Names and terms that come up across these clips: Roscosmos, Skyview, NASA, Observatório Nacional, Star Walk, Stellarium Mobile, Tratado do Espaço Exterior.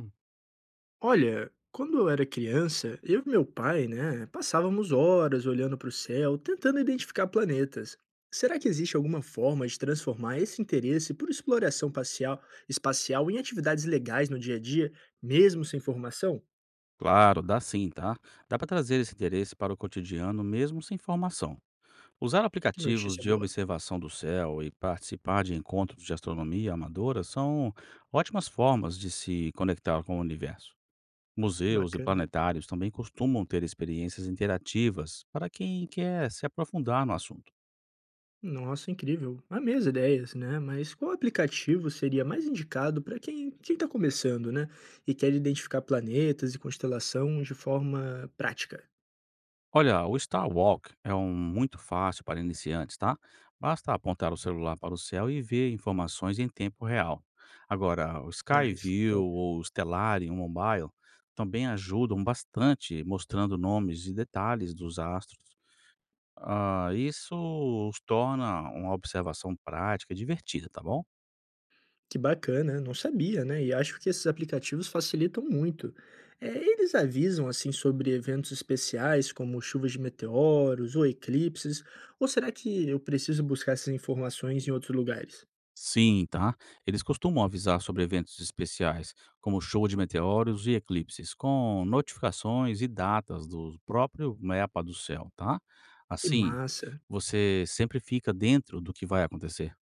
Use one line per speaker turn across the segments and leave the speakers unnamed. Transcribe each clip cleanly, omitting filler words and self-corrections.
Hum.
Olha, quando eu era criança, eu e meu pai, né, passávamos horas olhando para o céu, tentando identificar planetas. Será que existe alguma forma de transformar esse interesse por espacial em atividades legais no dia a dia, mesmo sem formação?
Claro, dá sim, tá? Dá para trazer esse interesse para o cotidiano mesmo sem formação. Usar
Que
aplicativos
notícia
de
boa.
observação do céu e participar de encontros de astronomia amadora são ótimas formas de se conectar com o universo. Museus e
Bacana.
planetários também costumam ter experiências interativas para quem quer se aprofundar no assunto.
Nossa, incrível. Amei as ideias, né? Mas qual aplicativo seria mais indicado para quem está começando, né? E quer identificar planetas e constelação de forma prática?
Olha, o Star Walk é um muito fácil para iniciantes, tá? Basta apontar o celular para o céu e ver informações em tempo real. Agora, o
Nice.
Skyview ou o Stellarium Mobile também ajudam bastante, mostrando nomes e detalhes dos astros. Ah, isso os torna uma observação prática e divertida, tá bom?
Que bacana, não sabia, né? E acho que esses aplicativos facilitam muito. Eles avisam assim sobre eventos especiais, como chuvas de meteoros ou eclipses, ou será que eu preciso buscar essas informações em outros lugares?
Sim, tá? Eles costumam avisar sobre eventos especiais, como show de meteoros e eclipses, com notificações e datas do próprio mapa do céu, tá?
Que
Assim,
massa,
você sempre fica dentro do que vai acontecer.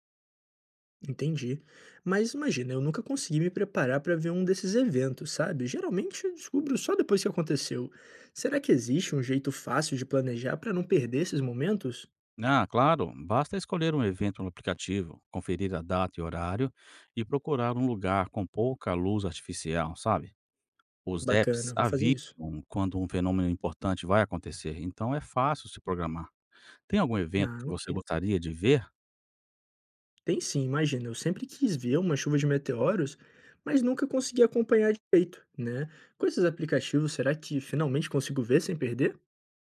entendi. Mas imagina, eu nunca consegui me preparar para ver um desses eventos, sabe? Geralmente eu descubro só depois que aconteceu. Será que existe um jeito fácil de planejar para não perder esses momentos?
Ah, claro, basta escolher um evento no aplicativo, conferir a data e horário e procurar um lugar com pouca luz artificial, sabe? Os apps
Bacana, vou fazer
avisam
isso.
quando um fenômeno importante vai acontecer, então é fácil se programar. Tem algum evento
Ah,
que você
ok.
gostaria de ver?
Tem sim, imagina, eu sempre quis ver uma chuva de meteoros, mas nunca consegui acompanhar direito, né? Com esses aplicativos, será que finalmente consigo ver sem perder?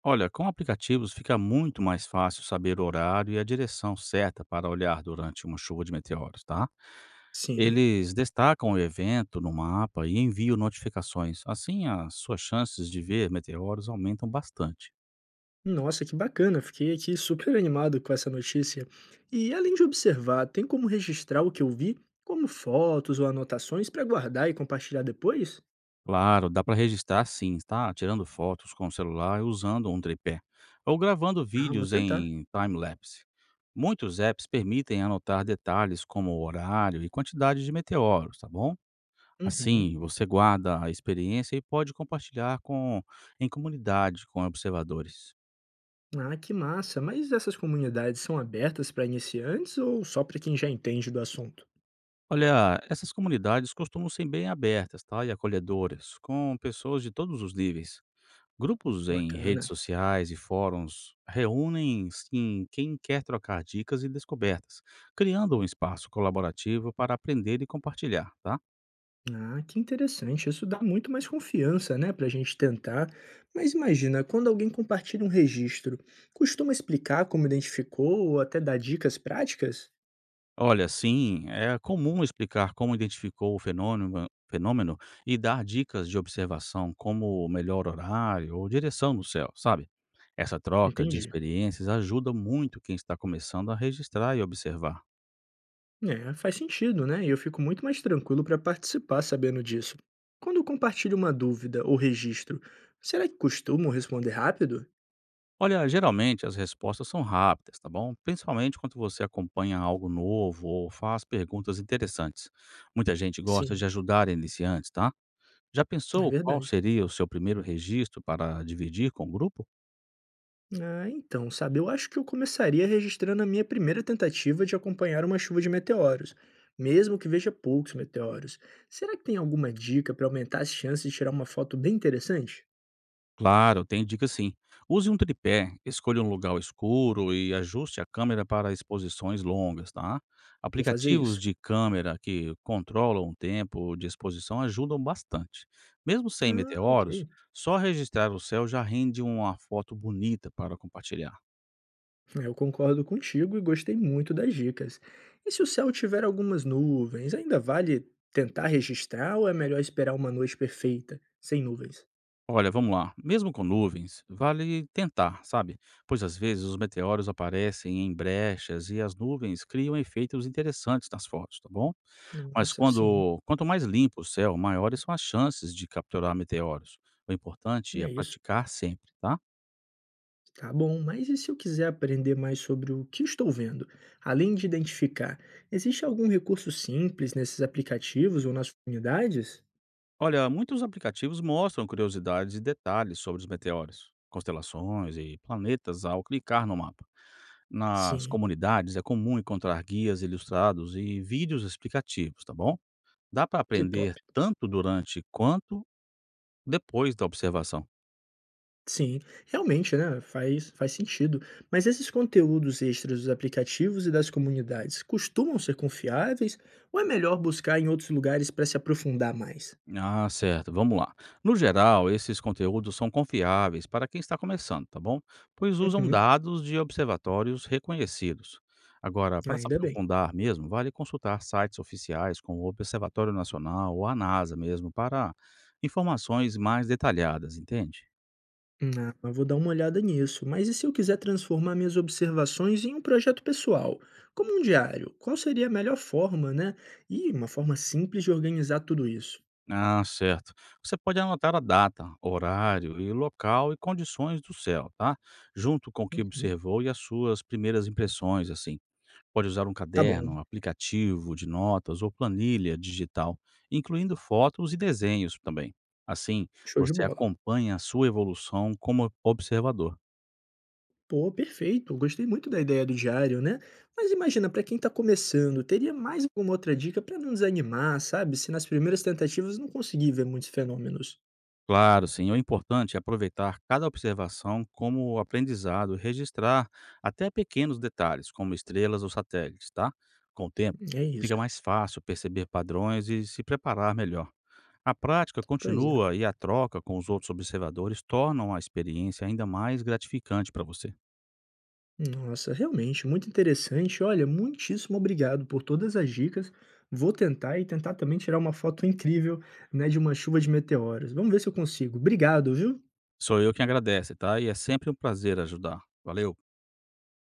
Olha, com aplicativos fica muito mais fácil saber o horário e a direção certa para olhar durante uma chuva de meteoros, tá?
Sim.
Eles destacam o evento no mapa e enviam notificações. Assim, as suas chances de ver meteoros aumentam bastante.
Nossa, que bacana, fiquei aqui super animado com essa notícia. E além de observar, tem como registrar o que eu vi, como fotos ou anotações para guardar e compartilhar depois?
Claro, dá para registrar sim, tá? Tirando fotos com o celular e usando um tripé, ou gravando
Ah, vou
vídeos
tentar.
em time-lapse. Muitos apps permitem anotar detalhes como o horário e quantidade de meteoros, tá bom?
Uhum.
Assim, você guarda a experiência e pode compartilhar com, em comunidade com observadores.
Ah, que massa, mas essas comunidades são abertas para iniciantes ou só para quem já entende do assunto?
Olha, essas comunidades costumam ser bem abertas, tá? E acolhedoras, com pessoas de todos os níveis. Grupos em redes
Bacana.
sociais e fóruns reúnem sim quem quer trocar dicas e descobertas, criando um espaço colaborativo para aprender e compartilhar, tá?
Ah, que interessante. Isso dá muito mais confiança, né, para a gente tentar. Mas imagina, quando alguém compartilha um registro, costuma explicar como identificou ou até dar dicas práticas?
Olha, sim, é comum explicar como identificou o fenômeno e dar dicas de observação como o melhor horário ou direção no céu, sabe? Essa troca de
Entendi.
experiências ajuda muito quem está começando a registrar e observar.
É, faz sentido, né? E eu fico muito mais tranquilo para participar sabendo disso. Quando eu compartilho uma dúvida ou registro, será que costumo responder rápido?
Olha, geralmente as respostas são rápidas, tá bom? Principalmente quando você acompanha algo novo ou faz perguntas interessantes. Muita gente gosta de
Sim,
ajudar iniciantes, tá? Já
é
pensou qual
verdade.
seria o seu primeiro registro para dividir com o grupo?
Ah, então, sabe, eu acho que eu começaria registrando a minha primeira tentativa de acompanhar uma chuva de meteoros, mesmo que veja poucos meteoros. Será que tem alguma dica para aumentar as chances de tirar uma foto bem interessante?
Claro, tem dicas sim. Use um tripé, escolha um lugar escuro e ajuste a câmera para exposições longas, tá?
Vou fazer
Aplicativos
isso.
de câmera que controlam o tempo de exposição ajudam bastante. Mesmo sem
Ah, ok.
meteoros, só registrar o céu já rende uma foto bonita para compartilhar.
Eu concordo contigo e gostei muito das dicas. E se o céu tiver algumas nuvens, ainda vale tentar registrar ou é melhor esperar uma noite perfeita, sem nuvens?
Olha, vamos lá. Mesmo com nuvens, vale tentar, sabe? Pois às vezes os meteoros aparecem em brechas e as nuvens criam efeitos interessantes nas fotos, tá bom? Mas
Nossa, sim,
quando quanto mais limpo o céu, maiores são as chances de capturar meteoros. O importante é
é isso.
praticar sempre, tá?
Tá bom, mas e se eu quiser aprender mais sobre o que estou vendo? Além de identificar, existe algum recurso simples nesses aplicativos ou nas comunidades?
Olha, muitos aplicativos mostram curiosidades e detalhes sobre os meteoros, constelações e planetas ao clicar no mapa. Nas
Sim,
comunidades é comum encontrar guias ilustrados e vídeos explicativos, tá bom? Dá para
que top.
aprender tanto durante quanto depois da observação.
Sim, realmente, né? Faz sentido. Mas esses conteúdos extras dos aplicativos e das comunidades costumam ser confiáveis ou é melhor buscar em outros lugares para se aprofundar mais?
Ah, certo. Vamos lá. No geral, esses conteúdos são confiáveis para quem está começando, tá bom? Pois usam
Uhum,
dados de observatórios reconhecidos. Agora, para se
ainda bem.
aprofundar mesmo, vale consultar sites oficiais como o Observatório Nacional ou a NASA mesmo para informações mais detalhadas, entende?
Ah, eu vou dar uma olhada nisso. Mas e se eu quiser transformar minhas observações em um projeto pessoal, como um diário? Qual seria a melhor forma, né? E uma forma simples de organizar tudo isso.
Ah, certo. Você pode anotar a data, horário e local e condições do céu, tá? Junto com o que
Uhum,
observou e as suas primeiras impressões, assim. Pode usar um
tá
caderno,
bom,
um aplicativo de notas ou planilha digital, incluindo fotos e desenhos também. Assim,
show de
você
bola.
acompanha a sua evolução como observador.
Pô, perfeito. Gostei muito da ideia do diário, né? Mas imagina, para quem tá começando, teria mais alguma outra dica para não desanimar, sabe? Se nas primeiras tentativas não conseguir ver muitos fenômenos.
Claro, sim, o importante é aproveitar cada observação como aprendizado e registrar até pequenos detalhes, como estrelas ou satélites, tá? Com o tempo,
É
fica
isso.
mais fácil perceber padrões e se preparar melhor. A prática
Pois é.
continua e a troca com os outros observadores tornam a experiência ainda mais gratificante para você.
Nossa, realmente, muito interessante. Olha, muitíssimo obrigado por todas as dicas. Vou tentar e tentar também tirar uma foto incrível, né, de uma chuva de meteoros. Vamos ver se eu consigo. Obrigado, viu?
Sou eu quem agradece, tá? E é sempre um prazer ajudar. Valeu.